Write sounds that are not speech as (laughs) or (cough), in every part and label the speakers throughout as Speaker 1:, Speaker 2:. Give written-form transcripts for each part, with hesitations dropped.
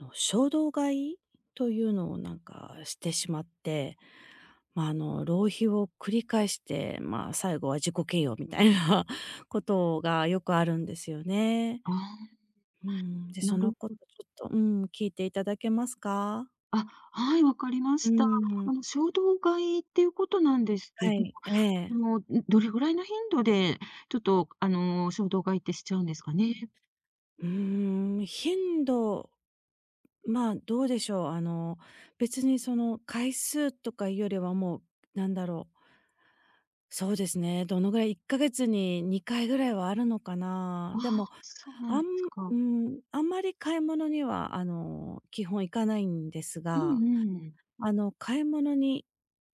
Speaker 1: 衝動買いというのをしてしまって、浪費を繰り返して、まあ、最後は自己嫌悪みたいな (laughs) ことがよくあるんですよね。
Speaker 2: ああ、
Speaker 1: うん。で、
Speaker 2: な
Speaker 1: その
Speaker 2: る
Speaker 1: こ
Speaker 2: ほ
Speaker 1: と
Speaker 2: ど。
Speaker 1: ちょっと聞いていただけますか？
Speaker 2: あ、はい、わかりま
Speaker 1: う
Speaker 2: した。
Speaker 1: ん、
Speaker 2: 衝動買いっていうことなんですけ
Speaker 1: は
Speaker 2: ど、
Speaker 1: い、ええ。
Speaker 2: どれぐらいの頻度で、ちょっと、あの、衝動買いってしちゃうんですかね？
Speaker 1: うーん、頻度、ま、どうでしょう、あの、別にその回数とかいうよりはもう、なんだろうそうですね。どのぐらい、1ヶ月に2回ぐらいはあるのかな。
Speaker 2: あ
Speaker 1: でも、
Speaker 2: あ、そうなん
Speaker 1: あ
Speaker 2: で
Speaker 1: ん
Speaker 2: すか。
Speaker 1: うん、あんまり買い物には、あの、基本行かないんです
Speaker 2: うん
Speaker 1: が、
Speaker 2: うん。
Speaker 1: あの、買い物に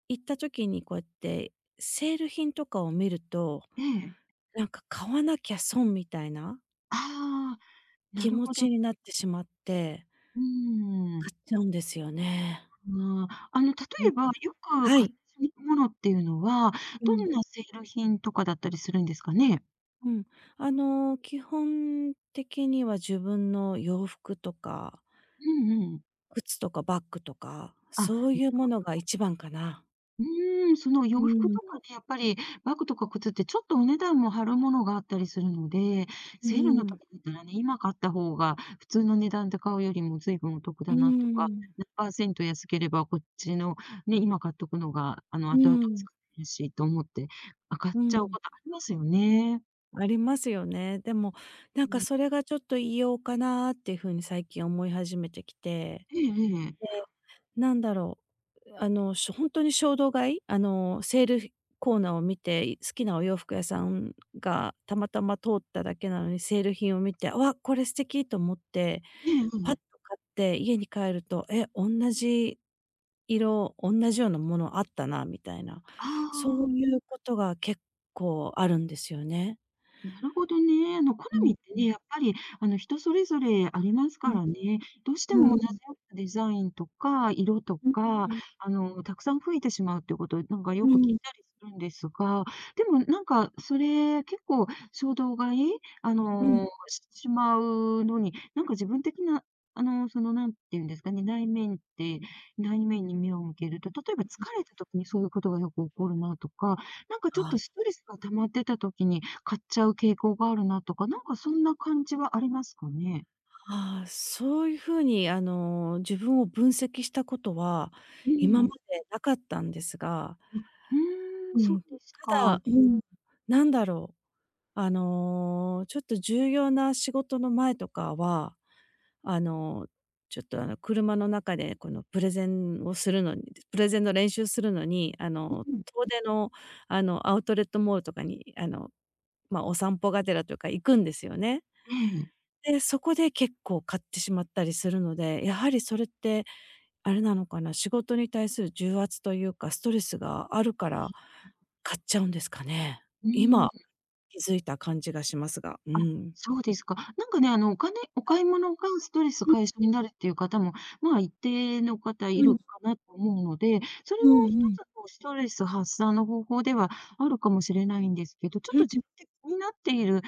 Speaker 1: 行った時にこうやってセール品とかを見ると、
Speaker 2: ええ。
Speaker 1: なんか買わなきゃ損みたいな
Speaker 2: ああ、な
Speaker 1: 気
Speaker 2: る
Speaker 1: 持
Speaker 2: ほど。
Speaker 1: ちになってしまって、
Speaker 2: うん。
Speaker 1: 買っちゃうんですよね。
Speaker 2: ああ、例
Speaker 1: うん、
Speaker 2: えば、よく
Speaker 1: は
Speaker 2: 買って
Speaker 1: い。
Speaker 2: しまうものっていうのは、
Speaker 1: うん、
Speaker 2: どんなセール品とかだったりするんですかね？
Speaker 1: うん。あの、基本的には自分の洋服とか
Speaker 2: うんうん。
Speaker 1: 靴とかバッグとか、
Speaker 2: あ、
Speaker 1: そう
Speaker 2: な
Speaker 1: いう
Speaker 2: る
Speaker 1: も
Speaker 2: ほど。
Speaker 1: のが一番かな。
Speaker 2: うーん、その洋
Speaker 1: う
Speaker 2: 服
Speaker 1: ん、
Speaker 2: と
Speaker 1: う
Speaker 2: かね、やっぱりバッグとか靴ってちょっとお値段も張るものがあったりするので、セールの
Speaker 1: ん。
Speaker 2: 時だったらね、今買った方が普通の値段で買うよりも随分お得
Speaker 1: う
Speaker 2: だなとか、
Speaker 1: ん。
Speaker 2: 何パーセント安ければこっちのね、今買っとくのが、
Speaker 1: う
Speaker 2: 後々
Speaker 1: ん。
Speaker 2: 使えるしと思って、あ、買っ
Speaker 1: う
Speaker 2: ちゃう
Speaker 1: ん。
Speaker 2: ことありますよね。
Speaker 1: ありますよね。でも、なん
Speaker 2: う
Speaker 1: か
Speaker 2: ん。
Speaker 1: それがちょっと異様かなっていう風に最近思い始めてきて。
Speaker 2: ええええ。
Speaker 1: なんだろほんとに衝動買い、あの、セールコーナーを見て、好きなお洋服屋さんがたまたま通っただけなのに、セール品を見て、「わ、これ素敵」と思って、
Speaker 2: えええ
Speaker 1: パッと
Speaker 2: え。
Speaker 1: 買って家に帰ると、「え、おんなじ色、おんなじようなものあったな」みたいな、
Speaker 2: あ
Speaker 1: そ
Speaker 2: あ。
Speaker 1: ういうことが結構あるんですよね。
Speaker 2: なるほどね。好
Speaker 1: うん、
Speaker 2: みって
Speaker 1: う
Speaker 2: ね、
Speaker 1: ん。
Speaker 2: やっぱり、人それぞれありますか
Speaker 1: う
Speaker 2: らね。どうして
Speaker 1: ん、う
Speaker 2: も
Speaker 1: ん。
Speaker 2: 同じようなデザインとか、色と
Speaker 1: うん、
Speaker 2: か、
Speaker 1: うん、
Speaker 2: たくさん増えてしまうっていうこと、なんか
Speaker 1: う
Speaker 2: よく聞
Speaker 1: ん。
Speaker 2: いたりするんですが、でもなんか、それ、結構衝動買い、
Speaker 1: うん
Speaker 2: してしまうのに、なんか自分的な、なんていうんですかね、内面って、内面に目を向けると、例えば疲れた時にそういうことがよく起こるなとか、なんかちょっ
Speaker 1: あ
Speaker 2: とス
Speaker 1: あ
Speaker 2: トレスが溜まってた時に、買っちゃう傾向があるなとか、なんかそんな感じはありますかね？
Speaker 1: ああ、そういう風に、あの、自分を分析したことは、
Speaker 2: う
Speaker 1: 今ま
Speaker 2: ん。
Speaker 1: でなかったんですが、
Speaker 2: うー
Speaker 1: う
Speaker 2: ん、そう
Speaker 1: ん。
Speaker 2: です
Speaker 1: た
Speaker 2: か。
Speaker 1: だ、うん、なんだろう、あの、ちょっと重要な仕事の前とかは、あの、ちょっと、あの、車の中で、この、プレゼンの練習するのに、あの、
Speaker 2: うん。
Speaker 1: 遠出の、あの、アウトレットモールとかに、あの、まあ、お散歩がてらというか行くんですよね。
Speaker 2: ええ。
Speaker 1: で、そこで結構買ってしまったりするので、やはりそれって、あれなのかな、仕事に対する重圧というか、ストレスがあるから買っちゃうんですかね。
Speaker 2: うーん、
Speaker 1: 今気づいた感じがしますが、う
Speaker 2: あ、
Speaker 1: ん。
Speaker 2: そうですか。なんかね、お金お買い物がストレス解消になるっていう方も、まあ、一定の方い
Speaker 1: うん、う
Speaker 2: る
Speaker 1: ん。
Speaker 2: かなと思うので、それも
Speaker 1: うん、
Speaker 2: 一
Speaker 1: うん。
Speaker 2: つこうストレス発散の方法ではあるかもしれないんですけど、ちょっ
Speaker 1: う
Speaker 2: と自分
Speaker 1: ん、
Speaker 2: で気になっているっ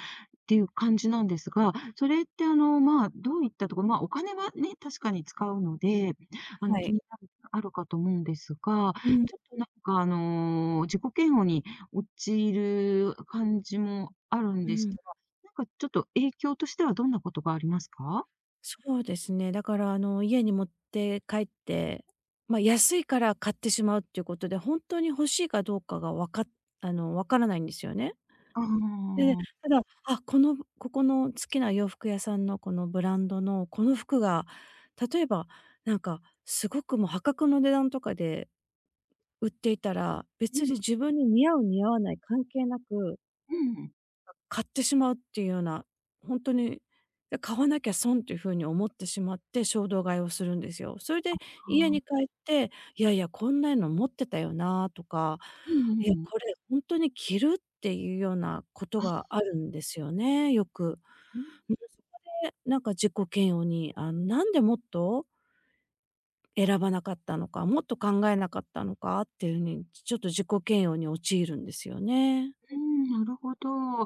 Speaker 2: ていう感じなんですが、それってあの、まあ、どういったところまあ、お金はね、確かに使うので、
Speaker 1: は
Speaker 2: 気
Speaker 1: い。
Speaker 2: になるあるかと思うんですが、
Speaker 1: うん、
Speaker 2: ちょっとなんかあの、自己嫌悪に陥る感じもあるん
Speaker 1: う
Speaker 2: です
Speaker 1: ん。
Speaker 2: が、なんかちょっと影響としてはどんなことがありますか？
Speaker 1: そうですね、だからあの、家に持って帰って、ま、安いから買ってしまうっていうことで、ほんとに欲しいかどうかがわかあの、わからないんですよね。
Speaker 2: あ
Speaker 1: で
Speaker 2: あ。
Speaker 1: ただ、あ、ここの好きな洋服屋さんのこのブランドのこの服が、例えば、なんかすごくもう破格の値段とかで売っていたら、
Speaker 2: う
Speaker 1: 別に
Speaker 2: ん、
Speaker 1: 自分に似合う似合わない関係なく
Speaker 2: うん。
Speaker 1: 買ってしまうっていうような、本当に、で、買わなきゃ損っていう風に思ってしまって、衝動買いをするんですよ。それで
Speaker 2: あ
Speaker 1: 家に帰
Speaker 2: あ。
Speaker 1: って、いやいや、こんなの持ってたよなとか、
Speaker 2: う
Speaker 1: いや、
Speaker 2: んう
Speaker 1: こ
Speaker 2: ん。
Speaker 1: れ本当に着るっていうようなことが
Speaker 2: あ。
Speaker 1: あるんですよね、よく。
Speaker 2: うん
Speaker 1: で、なんか自己嫌悪に、あの、なんでもっと選ばなかったのか、もっと考えなかったのかっていう風に、ちょっと自己嫌悪に陥るんですよね。
Speaker 2: うーん、なるほど。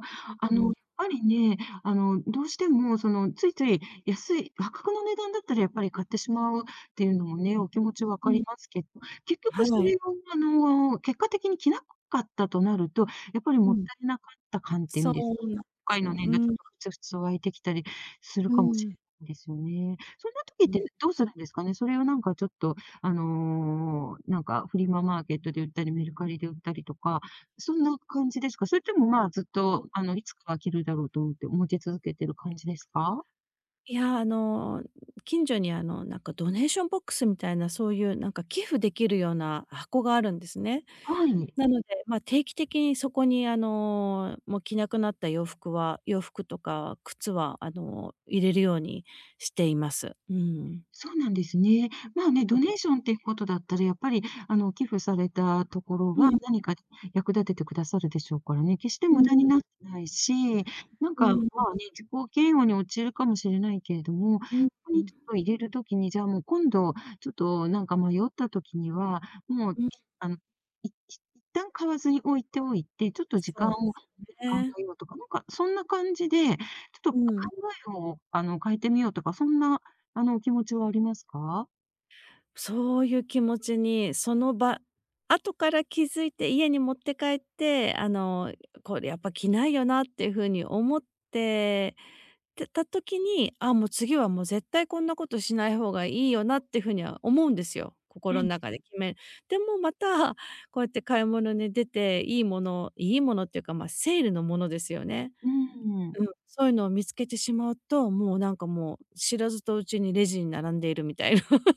Speaker 1: う
Speaker 2: や
Speaker 1: ん。
Speaker 2: っぱりね、どうしても、その、ついつい安い破格の値段だったらやっぱり買ってしまうっていうのもね、お気持ち分
Speaker 1: う
Speaker 2: か
Speaker 1: ん。
Speaker 2: りますけど、結局
Speaker 1: は
Speaker 2: そ
Speaker 1: い。
Speaker 2: れを、結果的に着なかったとなると、やっぱり
Speaker 1: う
Speaker 2: もっ
Speaker 1: ん。
Speaker 2: たいなかった感っていう
Speaker 1: そ
Speaker 2: んですか
Speaker 1: う
Speaker 2: ね、
Speaker 1: なんで
Speaker 2: 今回
Speaker 1: す
Speaker 2: の
Speaker 1: よ。う
Speaker 2: 念がちょ
Speaker 1: ん。
Speaker 2: っとふつふつ湧いてきたりする
Speaker 1: う
Speaker 2: かもし
Speaker 1: ん。
Speaker 2: れないですよね。そんな時っ
Speaker 1: うん。
Speaker 2: てどうするんですかね？それをなんかちょっと、なんかフリママーケットで売ったり、メルカリで売ったりとか、そんな感じですか？それとも、まあ、ずっと、いつかは着るだろうと思って持ち続けてる感じですか？
Speaker 1: いや、あの、近所に、あの、なんかドネーションボックスみたいな、そういうなんか寄付できるような箱があるんですね。
Speaker 2: はい。
Speaker 1: なので、ま、定期的にそこに、あの、もう着なくなった洋服とか靴は、あの、入れるようにしています。うん。
Speaker 2: そうなんですね。まあね、ドネーションっていうことだったら、やっぱり、寄付されたところ
Speaker 1: う
Speaker 2: が
Speaker 1: ん、
Speaker 2: 何か役立ててくださるでしょうからね、決して
Speaker 1: う
Speaker 2: 無
Speaker 1: ん、
Speaker 2: 駄になってないし、なん
Speaker 1: う
Speaker 2: か、ま
Speaker 1: ん、
Speaker 2: あね、自己嫌悪に陥るかもしれないけれども、こ
Speaker 1: うん、うん、
Speaker 2: こ
Speaker 1: う
Speaker 2: にちょっ
Speaker 1: ん。
Speaker 2: と入れるときに、じゃあもう今度、ちょっとなんか迷ったときには、もう、あの、いい一旦買わずに置いておいて、ちょっと時
Speaker 1: そ
Speaker 2: 間
Speaker 1: うで
Speaker 2: を
Speaker 1: す
Speaker 2: か
Speaker 1: よ
Speaker 2: けて考
Speaker 1: ね。
Speaker 2: えようとか、なんかそんな感じで、ちょっと
Speaker 1: う
Speaker 2: 考
Speaker 1: ん。
Speaker 2: えを、変えてみようとか、そんなお気持ちはありますか？
Speaker 1: そういう気持ちに、その場後から気づいて家に持って帰って、あの、これやっぱ着ないよなっていう風に思っててた時に、あ、もう次はもう絶対こんなことしない方がいいよなっていう風には思うんですよ。
Speaker 2: え
Speaker 1: 心の
Speaker 2: え。
Speaker 1: 中で決めでもまた、こうやって買い物に出て、いいものっていうか、まあ、セールのものですよね。
Speaker 2: うーん。
Speaker 1: うん、そういうのを見つけてしまうと、もうなんかもう、知らずとうちにレジに並んでいるみたいな。(laughs)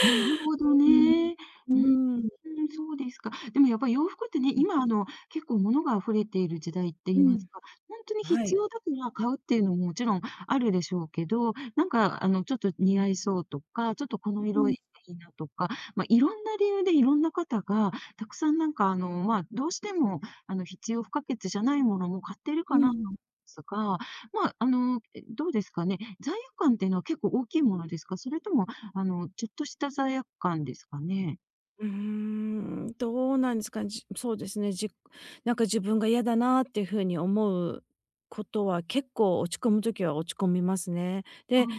Speaker 2: なるほど
Speaker 1: う、ん、
Speaker 2: ね。
Speaker 1: う
Speaker 2: うー
Speaker 1: ーん。
Speaker 2: うん、そうですか。でもやっぱり洋服ってね、
Speaker 1: うん、
Speaker 2: 今あの、結構物が溢れている時代って言いますか、ほんとに
Speaker 1: は
Speaker 2: 必
Speaker 1: い。
Speaker 2: 要だから買うっていうのももちろんあるでしょうけど、なんかあの、ちょっと似合いそうとか、ちょっとこの
Speaker 1: う
Speaker 2: 色
Speaker 1: ん、
Speaker 2: いいなとか、ま、いろんな理由でいろんな方が、たくさんなんかあの、ま、どうしても必要不可欠じゃないものも買ってる
Speaker 1: う
Speaker 2: かなと
Speaker 1: ん。
Speaker 2: すが、ま、どうですかね、罪悪感っていうのは結構大きいものですか？それともちょっとした罪悪感ですかね？
Speaker 1: うーん、どうなんですかね。そうですね、なんか自分が嫌だなっていう風に思うことは落ち込む時は落ち込みますね。
Speaker 2: あ
Speaker 1: で、
Speaker 2: あ、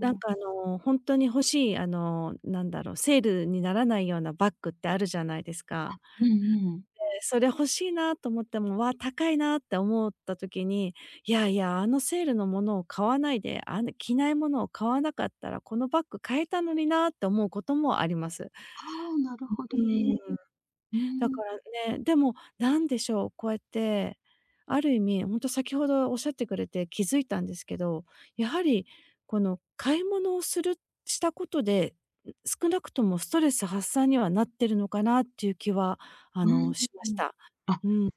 Speaker 1: なんかあの、ほんとに欲しいなんだろう、セールにならないようなバッグってあるじゃないですか。
Speaker 2: うんうん。
Speaker 1: それ欲しいなと思っても、わあ、高いなって思った時に、いやいや、あのセールのものを買わないで、あの着ないものを買わなかったら、このバッグ買えたのになって思うこともあります。
Speaker 2: ああ、なるほ
Speaker 1: う
Speaker 2: どね。
Speaker 1: ーん、
Speaker 2: う
Speaker 1: だか
Speaker 2: ん、
Speaker 1: らね、でもなんでしょう、こうやって、ある意味、ほんと先ほどおっしゃってくれて気づいたんですけど、やはりこの買い物をしたことで、ん、少なくともストレス発散にはなってるのかなっていう気は、あ
Speaker 2: う
Speaker 1: の、
Speaker 2: ん。
Speaker 1: しました。
Speaker 2: あ、
Speaker 1: うん。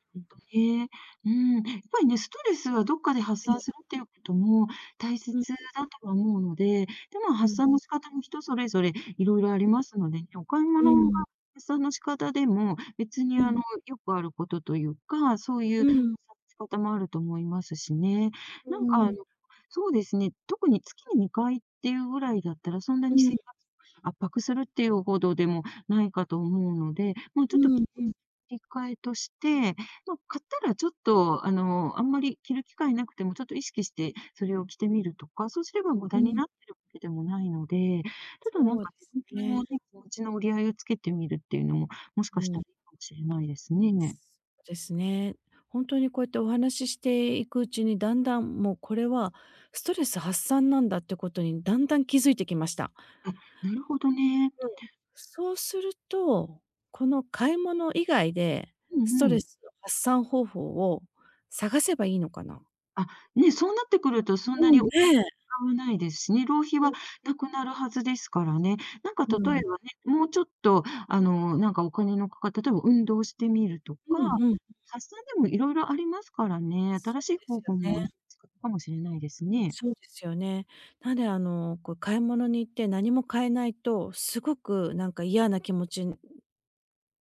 Speaker 2: ね、うん、やっぱりね、ストレスはどっかで発散するっていうことも大
Speaker 1: うん、
Speaker 2: 切だとは思うので、で、も
Speaker 1: う
Speaker 2: 発
Speaker 1: ん。
Speaker 2: 散の仕方も人それぞれいろいろありますのでね、お買い
Speaker 1: うん、
Speaker 2: 物
Speaker 1: う
Speaker 2: が
Speaker 1: ん、
Speaker 2: 発散の仕方でも、別に
Speaker 1: う
Speaker 2: あの、
Speaker 1: ん、
Speaker 2: よくあることというか、そうい
Speaker 1: う
Speaker 2: う発
Speaker 1: ん、
Speaker 2: 散の仕方もあると思いますしね。
Speaker 1: う
Speaker 2: なんかあの、
Speaker 1: ん、
Speaker 2: そうですね、特に月に2回っていうぐらいだったら、そんな
Speaker 1: う
Speaker 2: に生
Speaker 1: ん、
Speaker 2: 活を圧迫するっていうほどでもないかと思うので、まあ、
Speaker 1: う
Speaker 2: ちょっと気持
Speaker 1: ん、
Speaker 2: ちの切り替えとして、まあ、買ったらちょっと、あんまり着る機会なくても、ちょっと意識してそれを着てみるとか、そうすれば無
Speaker 1: う
Speaker 2: 駄に
Speaker 1: ん。
Speaker 2: なってるわけでもないので、ちょっとなん
Speaker 1: そう
Speaker 2: か
Speaker 1: です
Speaker 2: 自分
Speaker 1: ね。
Speaker 2: のね、気持ちの折り合いをつけてみるっていうのも、もし
Speaker 1: う
Speaker 2: かした
Speaker 1: ん。
Speaker 2: らいいかもしれないです
Speaker 1: そ
Speaker 2: ね。
Speaker 1: うですね。ほんとにこうやってお話ししていくうちに、だんだんもうこれはストレス発散なんだってことにだんだん気づいてきました。
Speaker 2: あ、なるほどね。
Speaker 1: うん。そうすると、この買い物以外で、
Speaker 2: う
Speaker 1: ス
Speaker 2: ん
Speaker 1: ト
Speaker 2: う
Speaker 1: レ
Speaker 2: ん。
Speaker 1: スの発散方法を探せばいいのかな？
Speaker 2: あ、ね、そうなってくるとそんな
Speaker 1: う
Speaker 2: に
Speaker 1: ん、
Speaker 2: 使
Speaker 1: ねえ。
Speaker 2: わないですしね、浪費
Speaker 1: う
Speaker 2: は
Speaker 1: ん、
Speaker 2: なくなるはずですからね。なんか
Speaker 1: う
Speaker 2: 例え
Speaker 1: ん。
Speaker 2: ばね、もうちょっとなんかお金のかか例えば運動してみると
Speaker 1: う
Speaker 2: か、
Speaker 1: んうん。
Speaker 2: 発散でもいろいろありますからね、
Speaker 1: そ
Speaker 2: 新し
Speaker 1: う
Speaker 2: い
Speaker 1: です
Speaker 2: 方
Speaker 1: よ
Speaker 2: 法
Speaker 1: ね。
Speaker 2: もなんか使うかもしれないですね。
Speaker 1: そうですよね。なんであの、こう買い物に行って何も買えないと、すごくなんか嫌な気持ち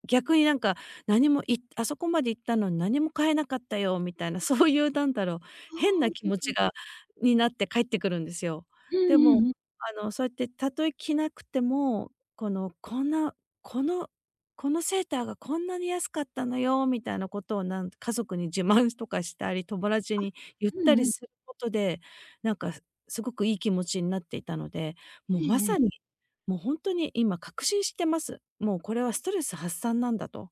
Speaker 1: 逆になんか、何もいあそこまで行ったのに何も買えなかったよみたいな、(laughs) そういうなんだろう、変
Speaker 2: あ
Speaker 1: な気
Speaker 2: あ、
Speaker 1: 持ちがになって帰ってくるんですよ。
Speaker 2: うん
Speaker 1: で
Speaker 2: う
Speaker 1: も、
Speaker 2: んうん、
Speaker 1: あの、そうやってたとえ着なくても、この、こんな、このこのセーターがこんなに安かったのよみたいなことを家族に自慢とかしたり、友達に言っ
Speaker 2: う
Speaker 1: た
Speaker 2: ん
Speaker 1: り
Speaker 2: うん、
Speaker 1: することで、なんかすごくいい気持ちになっていたので、も
Speaker 2: え
Speaker 1: うま
Speaker 2: ええ
Speaker 1: さに
Speaker 2: え。
Speaker 1: 本当に今確信してます。もうこれはストレス発散なんだと。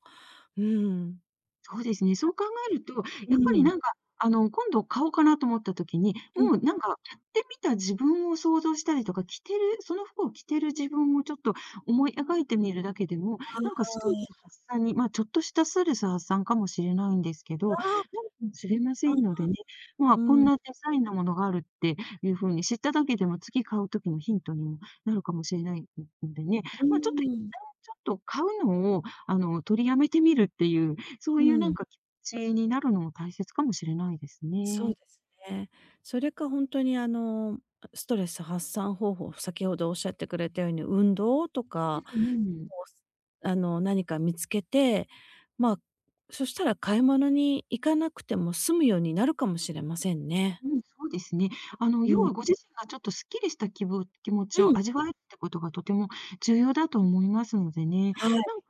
Speaker 1: うん。
Speaker 2: そうですね、そう考えると、
Speaker 1: う
Speaker 2: やっぱり
Speaker 1: ん。
Speaker 2: なんか、今度買おうかなと思った時に、
Speaker 1: うん。
Speaker 2: もうなんか、買ってみた自分を想像したりとか、着てるその服を着てる自分をちょっと思い描いてみるだけでも、なんかストレス
Speaker 1: あ
Speaker 2: 発散に、まあ、ちょっとしたストレス発散かもしれないんですけど、
Speaker 1: あ、
Speaker 2: なるかもしれませんのでね、まあ、
Speaker 1: う
Speaker 2: こん
Speaker 1: ん、
Speaker 2: なデザインのものがあるっていう風に知っただけでも、次買う時のヒントにもなるかもしれないんでね、
Speaker 1: う
Speaker 2: まあ、ちょっと一
Speaker 1: ん、
Speaker 2: 旦ちょっと買うのを、取りやめてみるっていうそ
Speaker 1: う
Speaker 2: ういうなん
Speaker 1: ん。
Speaker 2: か気持ちになるのも大切かもしれないです
Speaker 1: そう
Speaker 2: ね。
Speaker 1: ですね。それか本当にあの、ストレス発散方法、先ほどおっしゃってくれたように運動とか、
Speaker 2: うんうん。
Speaker 1: こう、あの、何か見つけて、まあ、そしたら買い物に行かなくても済むようになるかもしれませんね。
Speaker 2: そうですね。
Speaker 1: う
Speaker 2: 要
Speaker 1: ん。
Speaker 2: はご自身がちょっとすっきりした気分気持
Speaker 1: う
Speaker 2: ち
Speaker 1: ん、
Speaker 2: を味わえるってことがとても重要だと思いますのでね。
Speaker 1: はい、
Speaker 2: なんか、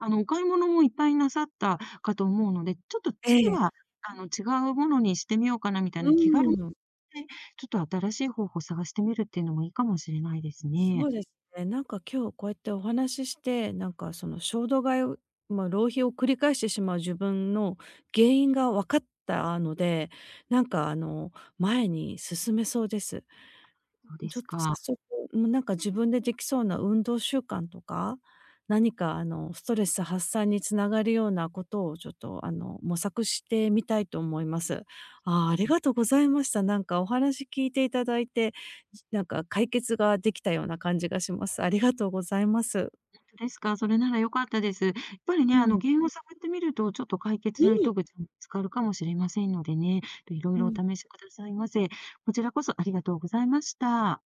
Speaker 2: お買い物もいっぱいなさったかと思うので、ちょっと
Speaker 1: え
Speaker 2: 次
Speaker 1: え、
Speaker 2: は、違うものにしてみようかなみたい
Speaker 1: う
Speaker 2: な気軽に
Speaker 1: ん。
Speaker 2: ね、ちょっと新しい方法を探してみるっていうのもいいかもしれないですね。
Speaker 1: そうですね。なんか今日こうやってお話しして、なんかその衝動買いを、まあ、浪費を繰り返してしまう自分の原因が分かったので、なんかあの前に進めそうです。
Speaker 2: そうで
Speaker 1: ちょっ
Speaker 2: す
Speaker 1: と早
Speaker 2: か。
Speaker 1: 速、もうなんか自分でできそうな運動習慣とか、何かあのストレス発散につながるようなことをちょっとあの模索してみたいと思います。ああ、ありがとうございました。なんかお話聞いていただいて、なんか解決ができたような感じがします。ありがとうございます。
Speaker 2: ですか、それなら良かったです。やっぱりね、
Speaker 1: うん。
Speaker 2: 原因を探ってみると、ちょっと解決
Speaker 1: う
Speaker 2: の
Speaker 1: ん。
Speaker 2: 糸口も見つかるかもしれませんのでね、いろい
Speaker 1: う
Speaker 2: ろお
Speaker 1: ん。
Speaker 2: 試しくださいませ。こちらこそありがとうございました。